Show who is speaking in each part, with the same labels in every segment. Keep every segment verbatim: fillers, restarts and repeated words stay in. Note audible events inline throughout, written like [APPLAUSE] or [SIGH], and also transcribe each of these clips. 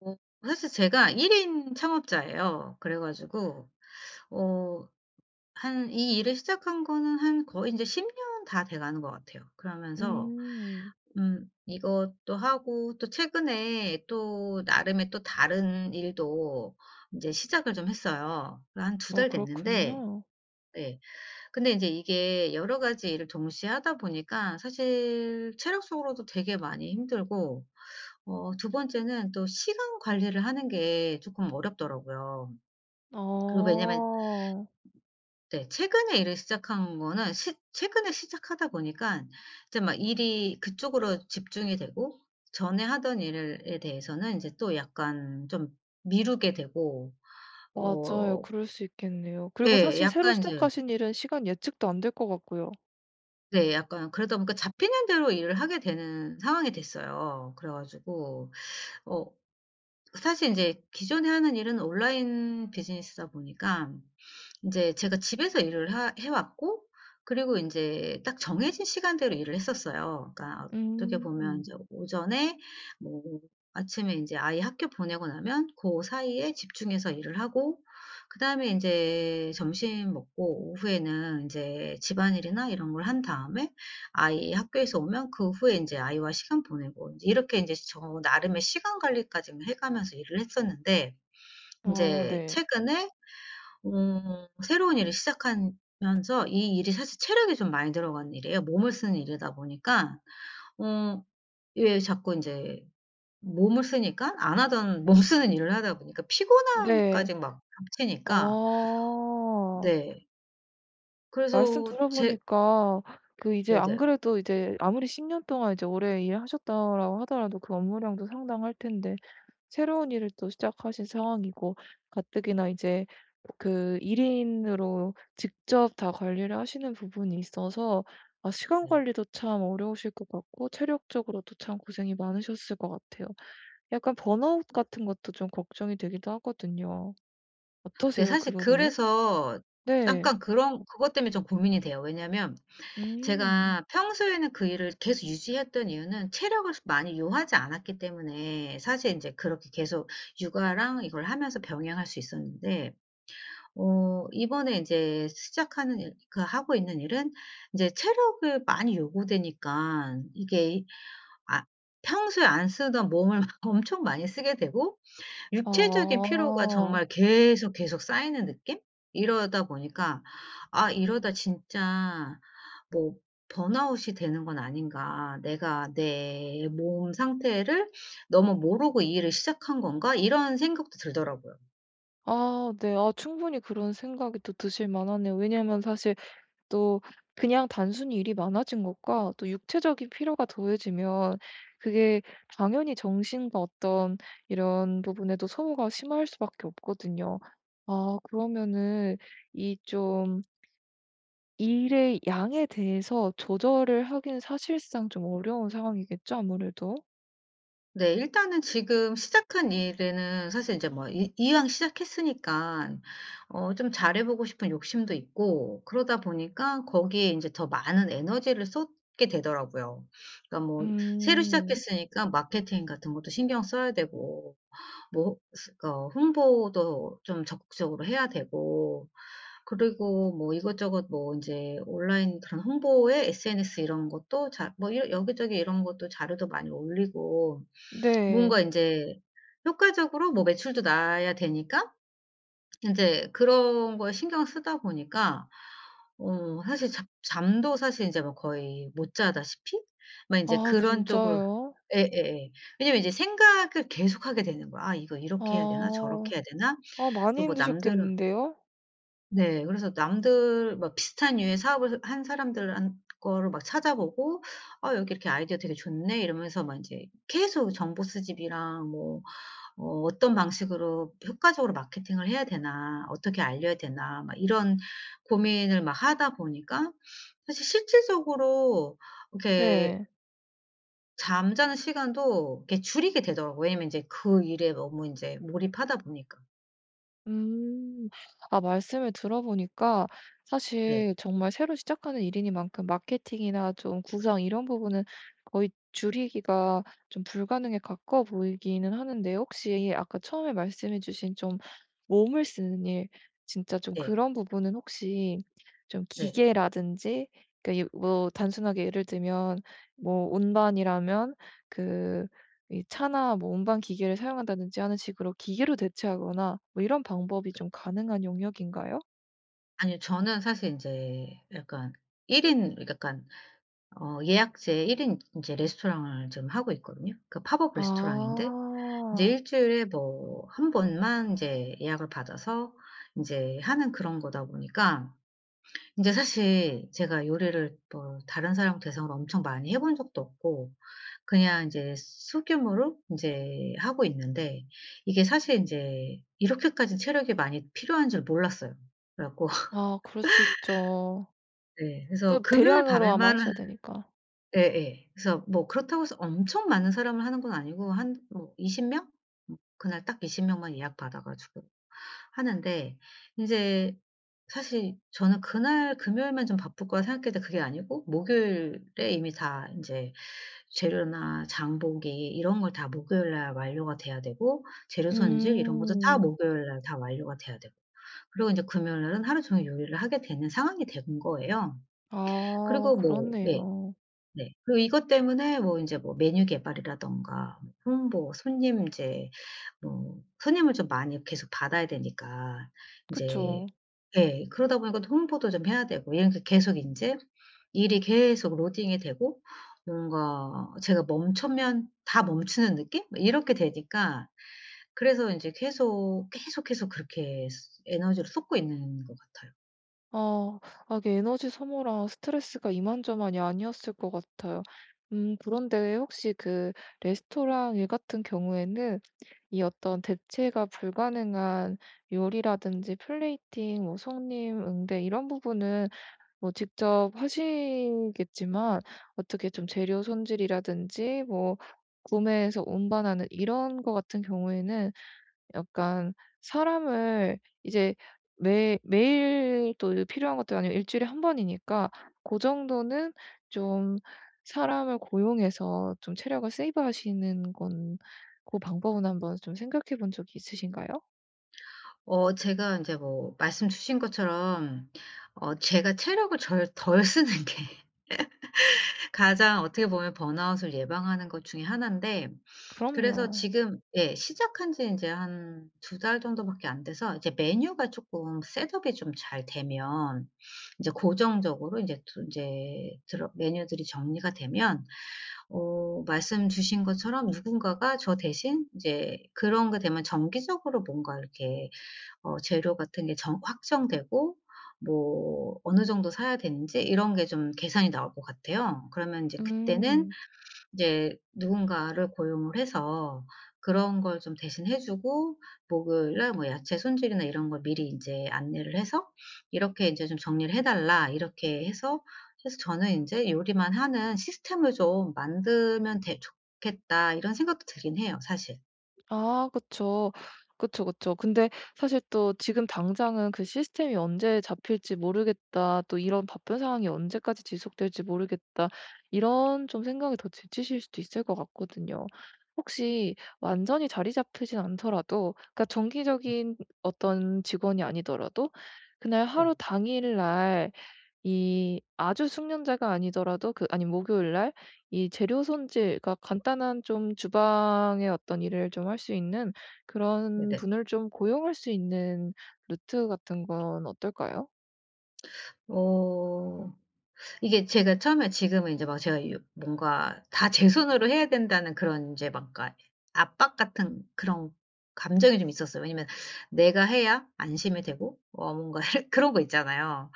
Speaker 1: 어 사실 제가 일 인 창업자예요. 그래 가지고 어 한 이 일을 시작한 거는 한 거의 이제십 년 다 돼 가는 것 같아요. 그러면서
Speaker 2: 음.
Speaker 1: 음 이것도 하고, 또 최근에 또 나름의 또 다른 일도 이제 시작을 좀 했어요. 한 두
Speaker 2: 어
Speaker 1: 달 됐는데.
Speaker 2: 그렇군요.
Speaker 1: 네. 근데 이제 이게 여러 가지 일을 동시에 하다 보니까 사실 체력적으로도 되게 많이 힘들고, 어 두 번째는 또 시간 관리를 하는 게 조금 어렵더라고요. 그리고 왜냐면,
Speaker 2: 아.
Speaker 1: 네, 최근에 일을 시작한 거는 시 최근에 시작하다 보니까 이제 막 일이 그쪽으로 집중이 되고, 전에 하던 일에 대해서는 이제 또 약간 좀 미루게 되고.
Speaker 2: 맞아요.
Speaker 1: 어
Speaker 2: 그럴 수 있겠네요. 그리고
Speaker 1: 예,
Speaker 2: 사실 새로
Speaker 1: 약간 이제,
Speaker 2: 시작하신 일은 시간 예측도 안 될 것 같고요.
Speaker 1: 네, 약간 그러다 보니까 잡히는 대로 일을 하게 되는 상황이 됐어요. 그래 가지고 어 사실 이제 기존에 하는 일은 온라인 비즈니스다 보니까 이제 제가 집에서 일을 하 해 왔고, 그리고 이제 딱 정해진 시간대로 일을 했었어요. 그러니까 어떻게 보면
Speaker 2: 음.
Speaker 1: 이제 오전에, 뭐 아침에 이제 아이 학교 보내고 나면 그 사이에 집중해서 일을 하고, 그다음에 이제 점심 먹고 오후에는 이제 집안일이나 이런 걸 한 다음에 아이 학교에서 오면 그 후에 이제 아이와 시간 보내고, 제 이렇게 이제 저 나름의 시간 관리까지 해 가면서 일을 했었는데, 이
Speaker 2: 아
Speaker 1: 제
Speaker 2: 네.
Speaker 1: 최근에 음 새로운 일을 시작하면서, 이 일이 사실 체력이 좀 많이 들어간 일이에요. 몸을 쓰는 일이다 보니까. 어 왜 자꾸 이제 몸을 쓰니까, 안 하던 [LAUGHS] 몸 쓰는 일을 하다 보니까
Speaker 2: 네.
Speaker 1: 피곤함까지 막 겹치니까.
Speaker 2: 아.
Speaker 1: 네.
Speaker 2: 말씀
Speaker 1: 그래서 제
Speaker 2: 들어보니까 그 이제 안
Speaker 1: 네네.
Speaker 2: 그래도 이제 아무리 십 년 동안 이제 오래 일하셨다라고 하더라도 그 업무량도 상당할 텐데 새로운 일을 또 시작하신 상황이고 가뜩이나 이제 그 일 인으로 직접 다 관리를 하시는 부분이 있어서 아 시간
Speaker 1: 네.
Speaker 2: 관리도 참 어려우실 것 같고 체력적으로도 참 고생이 많으셨을 것 같아요. 약간 번아웃 같은 것도 좀 걱정이 되기도 하거든요.
Speaker 1: 네,
Speaker 2: 어떠세요 그
Speaker 1: 사실
Speaker 2: 부분은?
Speaker 1: 그래서
Speaker 2: 네.
Speaker 1: 약간 그런 그것 때문에 좀 고민이 돼요. 왜냐면
Speaker 2: 음.
Speaker 1: 제가 평소에는 그 일을 계속 유지했던 이유는 체력을 많이 요하지 않았기 때문에 사실 인제 그렇게 계속 육아랑 이걸 하면서 병행할 수 있었는데, 어 이번에 인제 시작하는 일, 그 하고 있는 일은 인제 체력을 많이 요구되니까, 이게, 아, 평소에 안 쓰던 몸을 [LAUGHS] 막 엄청 많이 쓰게 되고, 육체적인 피로가
Speaker 2: 아.
Speaker 1: 정말 계속, 계속 쌓이는 느낌? 이러다 보니까 '아, 이러다 진짜 뭐 번아웃이 되는 건 아닌가. 내가 내 몸 상태를 너무 모르고 이 일을 시작한 건가?' 이런 생각도 들더라고요.
Speaker 2: 아 네. 아 충분히 그런 생각이 또 드실 만하네요. 왜냐면 사실 또 그냥 단순히 일이 많아진 것과 또 육체적인 피로가 더해지면 그게 당연히 정신과 어떤 이런 부분에도 소모가 심할 수밖에 없거든요. 아 그러면은 이 좀 일의 양에 대해서 조절을 하긴 사실상 좀 어려운 상황이겠죠 아무래도?
Speaker 1: 네. 일단은 지금 시작한 일에는 사실 이제 뭐 이 이왕 시작했으니까 어 좀 잘해 보고 싶은 욕심도 있고, 그러다 보니까 거기에 이제 더 많은 에너지를 쏟게 되더라고요. 그러니까 뭐 새로
Speaker 2: 음.
Speaker 1: 시작했으니까 마케팅 같은 것도 신경 써야 되고, 뭐 스 어 홍보도 좀 적극적으로 해야 되고, 그리고 뭐 이것저것, 뭐 이제 온라인 그런 홍보에 에스엔에스 이런 것도 자 뭐 여 여기저기 이런 것도 자료도 많이 올리고, 뭔가
Speaker 2: 네.
Speaker 1: 인제 효과적으로 뭐 매출도 나야 되니까 인제 그런 거에 신경 쓰다 보니까 어 사실 잡 잠도 사실 인제 뭐 거의 못 자다시피 막 인제
Speaker 2: 아
Speaker 1: 그런 쪽으로.
Speaker 2: 진짜요?
Speaker 1: 예예예. 왜냐면 이제 생각을 계속하게 되는 거야. '아, 이거 이렇게 해야 되나?
Speaker 2: 아.
Speaker 1: 저렇게 해야 되나?'
Speaker 2: 아 많이
Speaker 1: 그리고 뭐 남들은,
Speaker 2: 힘드셨겠는데요?
Speaker 1: 네, 그래서 남들 막 비슷한 유의 사업을 한 사람들 한 거를 막 찾아보고, '아, 여기 이렇게 아이디어 되게 좋네.' 이러면서 막 인제 계속 정보 수집이랑 뭐 어 '어떤 방식으로 효과적으로 마케팅을 해야 되나. 어떻게 알려야 되나.' 막 이런 고민을 막 하다 보니까 사실 실질적으로 이렇게
Speaker 2: 네.
Speaker 1: 잠자는 시간도 이렇게 줄이게 되더라고요. 왜냐면 인제 그 일에 너무 인제 몰입하다 보니까.
Speaker 2: 음. 아 말씀을 들어보니까
Speaker 1: 네.
Speaker 2: 사실 정말 새로 시작하는 일이니만큼 마케팅이나 좀 구상 이런 부분은 거의 줄이기가 좀 불가능에 가까워 보이기는 하는데 혹시 아까 처음에 말씀해 주신 좀 몸을 쓰는 일 진짜 좀
Speaker 1: 네.
Speaker 2: 그런 부분은 혹시 좀
Speaker 1: 네.
Speaker 2: 기계라든지 그러니까 이 뭐 단순하게 예를 들면 뭐 운반이라면 그 이 차나 뭐 운반 기계를 사용한다든지 하는 식으로 기계로 대체하거나 뭐 이런 방법이 좀 가능한 영역인가요?
Speaker 1: 아니요. 저는 사실 인제 약간 일 인, 약간 어 예약제 일 인 인제 레스토랑을 좀 하고 있거든요. 그 팝업 레스토랑인데 인제
Speaker 2: 아.
Speaker 1: 일 주일에 뭐 한 번만 인제 예약을 받아서 인제 하는 그런 거다 보니까 인제 사실 제가 요리를 뭐 다른 사람 대상으로 엄청 많이 해본 적도 없고 그냥 인제 소규모로 인제 하고 있는데, 이게 사실 인제 이렇게까지 체력이 많이 필요한 줄 몰랐어요. 그래 갖고.
Speaker 2: 아 그럴 수 있죠.
Speaker 1: 네. 그래서
Speaker 2: 또
Speaker 1: 금요일
Speaker 2: 대량으로 아마
Speaker 1: 밤에만 하
Speaker 2: 하셔야 되니까.
Speaker 1: 예예. 그래서 뭐 그렇다고 해서 엄청 많은 사람을 하는 건 아니고 한 뭐 스무 명? 음 그날 딱 스무 명만 예약 받아 가지고 하는데, 인제 사실 저는 그날 금요일만 좀 바쁠 거라 생각했는데 그게 아니고 목요일에 이미 다 인제 재료나 장보기 이런 걸 다 목요일 날 완료가 돼야 되고, 재료 손질 이런 것도 다
Speaker 2: 음.
Speaker 1: 목요일 날 다 완료가 돼야 되고, 그리고 인제 금요일 날은 하루 종일 요리를 하게 되는 상황이 된 거예요.
Speaker 2: 아
Speaker 1: 그리고 뭐, 예.
Speaker 2: 그렇네요.
Speaker 1: 네. 그리고 이것 때문에 뭐 인제 뭐 메뉴 개발이라든가 뭐 홍보, 손님 제뭐 손님을 좀 많이 계속 받아야 되니까 인제,
Speaker 2: 그쵸.
Speaker 1: 예. 그러다 보니까 또 홍보도 좀 해야 되고 이러니까 계속 인제 일이 계속 로딩이 되고, 뭔가 제가 멈추면 다 멈추는 느낌? 뭐 이렇게 되니까, 그래서 인제 계속, 계속, 계속 그렇게 스 에너지를 쏟고 있는 것 같아요.
Speaker 2: 아. 아 이게 에너지 소모랑 스트레스가 이만저만이 아니었을 것 같아요. 음 그런데 혹시 그 레스토랑 일 같은 경우에는 이 어떤 대체가 불가능한 요리라든지 플레이팅, 뭐 손님 응대 이런 부분은 뭐 직접 하시겠지만 어떻게 좀 재료 손질이라든지 뭐 구매해서 운반하는 이런 거 같은 경우에는 약간 사람을 이제 매 매일 또 필요한 것도 아니고 일 주일에 한 번이니까 그 정도는 좀 사람을 고용해서 좀 체력을 세이브하시는 건 그 방법은 한번 좀 생각해 본 적이 있으신가요?
Speaker 1: 어 제가 인제 뭐 말씀 주신 것처럼, 어 제가 체력을 절 덜 쓰는 게 [LAUGHS] 가장 어떻게 보면 번아웃을 예방하는 것 중에 하나인데, 그래서
Speaker 2: 그럼요.
Speaker 1: 지금, 예, 시작한 지 인제 한 두 달 정도밖에 안 돼서 이제 메뉴가 쪼끔 셋업이 좀 잘 되면, 이제 고정적으로 인제 두 인제 들어 메뉴들이 정리가 되면, 어 말씀 주신 것처럼 누군가가 저 대신 이제 그런 게 되면 정기적으로 뭔가 이렇게 어 재료 같은 게 정 확정되고 뭐 어느 정도 사야 되는지 이런 게 좀 계산이 나올 것 같아요. 그러면 이제 그때는
Speaker 2: 음.
Speaker 1: 이제 누군가를 고용을 해서 그런 걸 좀 대신해 주고 목요일 날 뭐 야채 손질이나 이런 걸 미리 이제 안내를 해서 "이렇게 이제 좀 정리를 해 달라." 이렇게 해서 해서 저는 이제 '요리만 하는 시스템을 좀 만들면 되 좋겠다.' 이런 생각도 들긴 해요, 사실.
Speaker 2: 아 그쵸. 그쵸, 그쵸. 근데 사실 또 지금 당장은 '그 시스템이 언제 잡힐지 모르겠다. 또 이런 바쁜 상황이 언제까지 지속될지 모르겠다.' 이런 좀 생각이 더 지치실 수도 있을 것 같거든요. 혹시 완전히 자리 잡히진 않더라도 그러니까 정기적인 어떤 직원이 아니더라도 그날
Speaker 1: 네.
Speaker 2: 하루 당일날 이 아주 숙련자가 아니더라도 그 아니 목요일 날 이 재료 손질 그러니까 간단한 좀 주방의 어떤 일을 좀 할 수 있는 그런
Speaker 1: 네네.
Speaker 2: 분을 좀 고용할 수 있는 루트 같은 건 어떨까요?
Speaker 1: 어 이게 제가 처음에, 지금은 이제 막 제가 유 뭔가 다 제 손으로 해야 된다는 그런, 인제 막, 그러니까 압박 같은 그런 감정이 좀 있었어요. 왜냐면 내가 해야 안심이 되고 어 뭔가, [LAUGHS] 그런 거 있잖아요.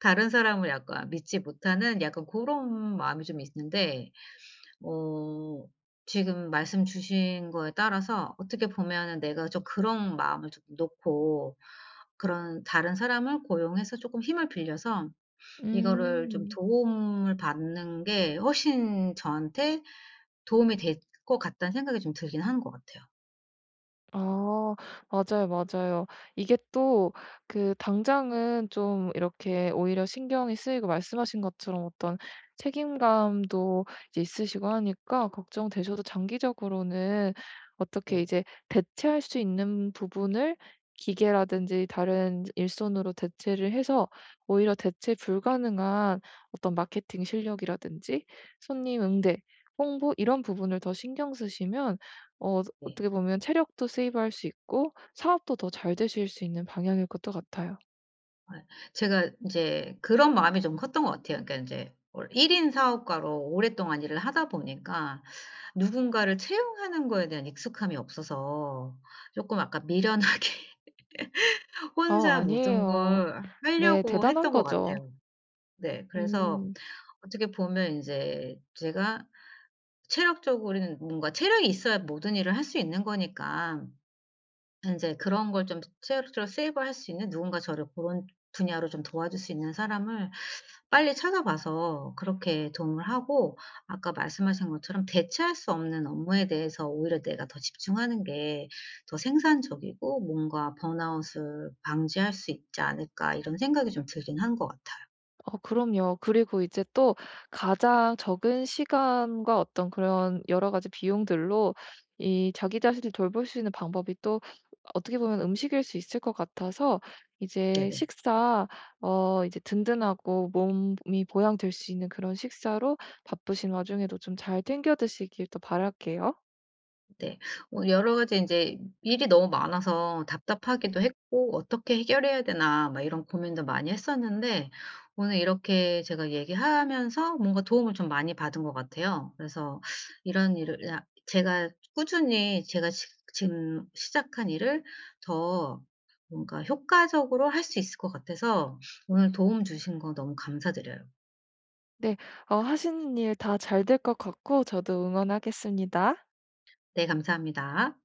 Speaker 1: 다른 사람을 약간 믿지 못하는 약간 고런 마음이 좀 있는데, 어 지금 말씀 주신 거에 따라서 어떻게 보면은 내가 좀 그런 마음을 조금 놓고, 그런 다른 사람을 고용해서 조금 힘을 빌려서 이거를 좀
Speaker 2: 음.
Speaker 1: 도움을 받는 게 훨씬 저한테 도움이 될 것 같다는 생각이 좀 들긴 하는 것 같아요.
Speaker 2: 아 맞아요, 맞아요. 이게 또 그 당장은 좀 이렇게 오히려 신경이 쓰이고 말씀하신 것처럼 어떤 책임감도 이제 있으시고 하니까 걱정되셔도 장기적으로는 어떻게
Speaker 1: 네네.
Speaker 2: 이제 대체할 수 있는 부분을 기계라든지 다른 일손으로 대체를 해서 오히려 대체 불가능한 어떤 마케팅 실력이라든지 손님 응대, 홍보 이런 부분을 더 신경 쓰시면 어
Speaker 1: 네.
Speaker 2: 어떻게 보면 체력도 세이브할 수 있고 사업도 더 잘 되실 수 있는 방향일 것도 같아요.
Speaker 1: 아, 제가 인제 그런 마음이 좀 컸던 것 같아요. 그러니까 인제 월 일 인 사업가로 오랫동안 일을 하다 보니까 누군가를 채용하는 거에 대한 익숙함이 없어서 쪼끔 약간 미련하게 [LAUGHS]
Speaker 2: 아
Speaker 1: 혼자 모든
Speaker 2: 아니에요.
Speaker 1: 걸
Speaker 2: 네
Speaker 1: 하려고
Speaker 2: 대단한
Speaker 1: 했던 것
Speaker 2: 거죠.
Speaker 1: 같아요. 네. 그래서
Speaker 2: 음.
Speaker 1: 어떻게 보면 인제 제가 체력적으로, 우리는 뭔가 체력이 있어야 모든 일을 할 수 있는 거니까, 인제 그런 걸 좀 체력적으로 세이브할 수 있는 누군가, 저를 고런 분야로 좀 도와줄 수 있는 사람을 빨리 찾아봐서 그렇게 도움을 하고, 아까 말씀하신 것처럼 대체할 수 없는 업무에 대해서 오히려 내가 더 집중하는 게 더 생산적이고 뭔가 번아웃을 방지할 수 있지 않을까, 이런 생각이 좀 들긴 한 것 같아요.
Speaker 2: 어 그럼요. 그리고 이제 또 가장 적은 시간과 어떤 그런 여러 가지 비용들로 이 자기 자신을 돌볼 수 있는 방법이 또 어떻게 보면 음식일 수 있을 것 같아서 이제
Speaker 1: 네네.
Speaker 2: 식사 어 이제 든든하고 몸이 보양될 수 있는 그런 식사로 바쁘신 와중에도 좀 잘 챙겨 드시길 또 바랄게요.
Speaker 1: 네. 어 여러 가지 인제 일이 너무 많아서 답답하기도 했고 '어떻게 해결해야 되나.' 막 이런 고민도 많이 했었는데, 오늘 이렇게 제가 얘기하면서 뭔가 도움을 좀 많이 받은 것 같아요. 그래서 이런 일을, 야 제가 꾸준히, 제가 시 지금 시작한 일을 더 뭔가 효과적으로 할 수 있을 것 같아서, 오늘 도움 주신 거 너무 감사드려요.
Speaker 2: 네. 어 하시는 일 다 잘 될 것 같고 저도 응원하겠습니다.
Speaker 1: 네, 감사합니다.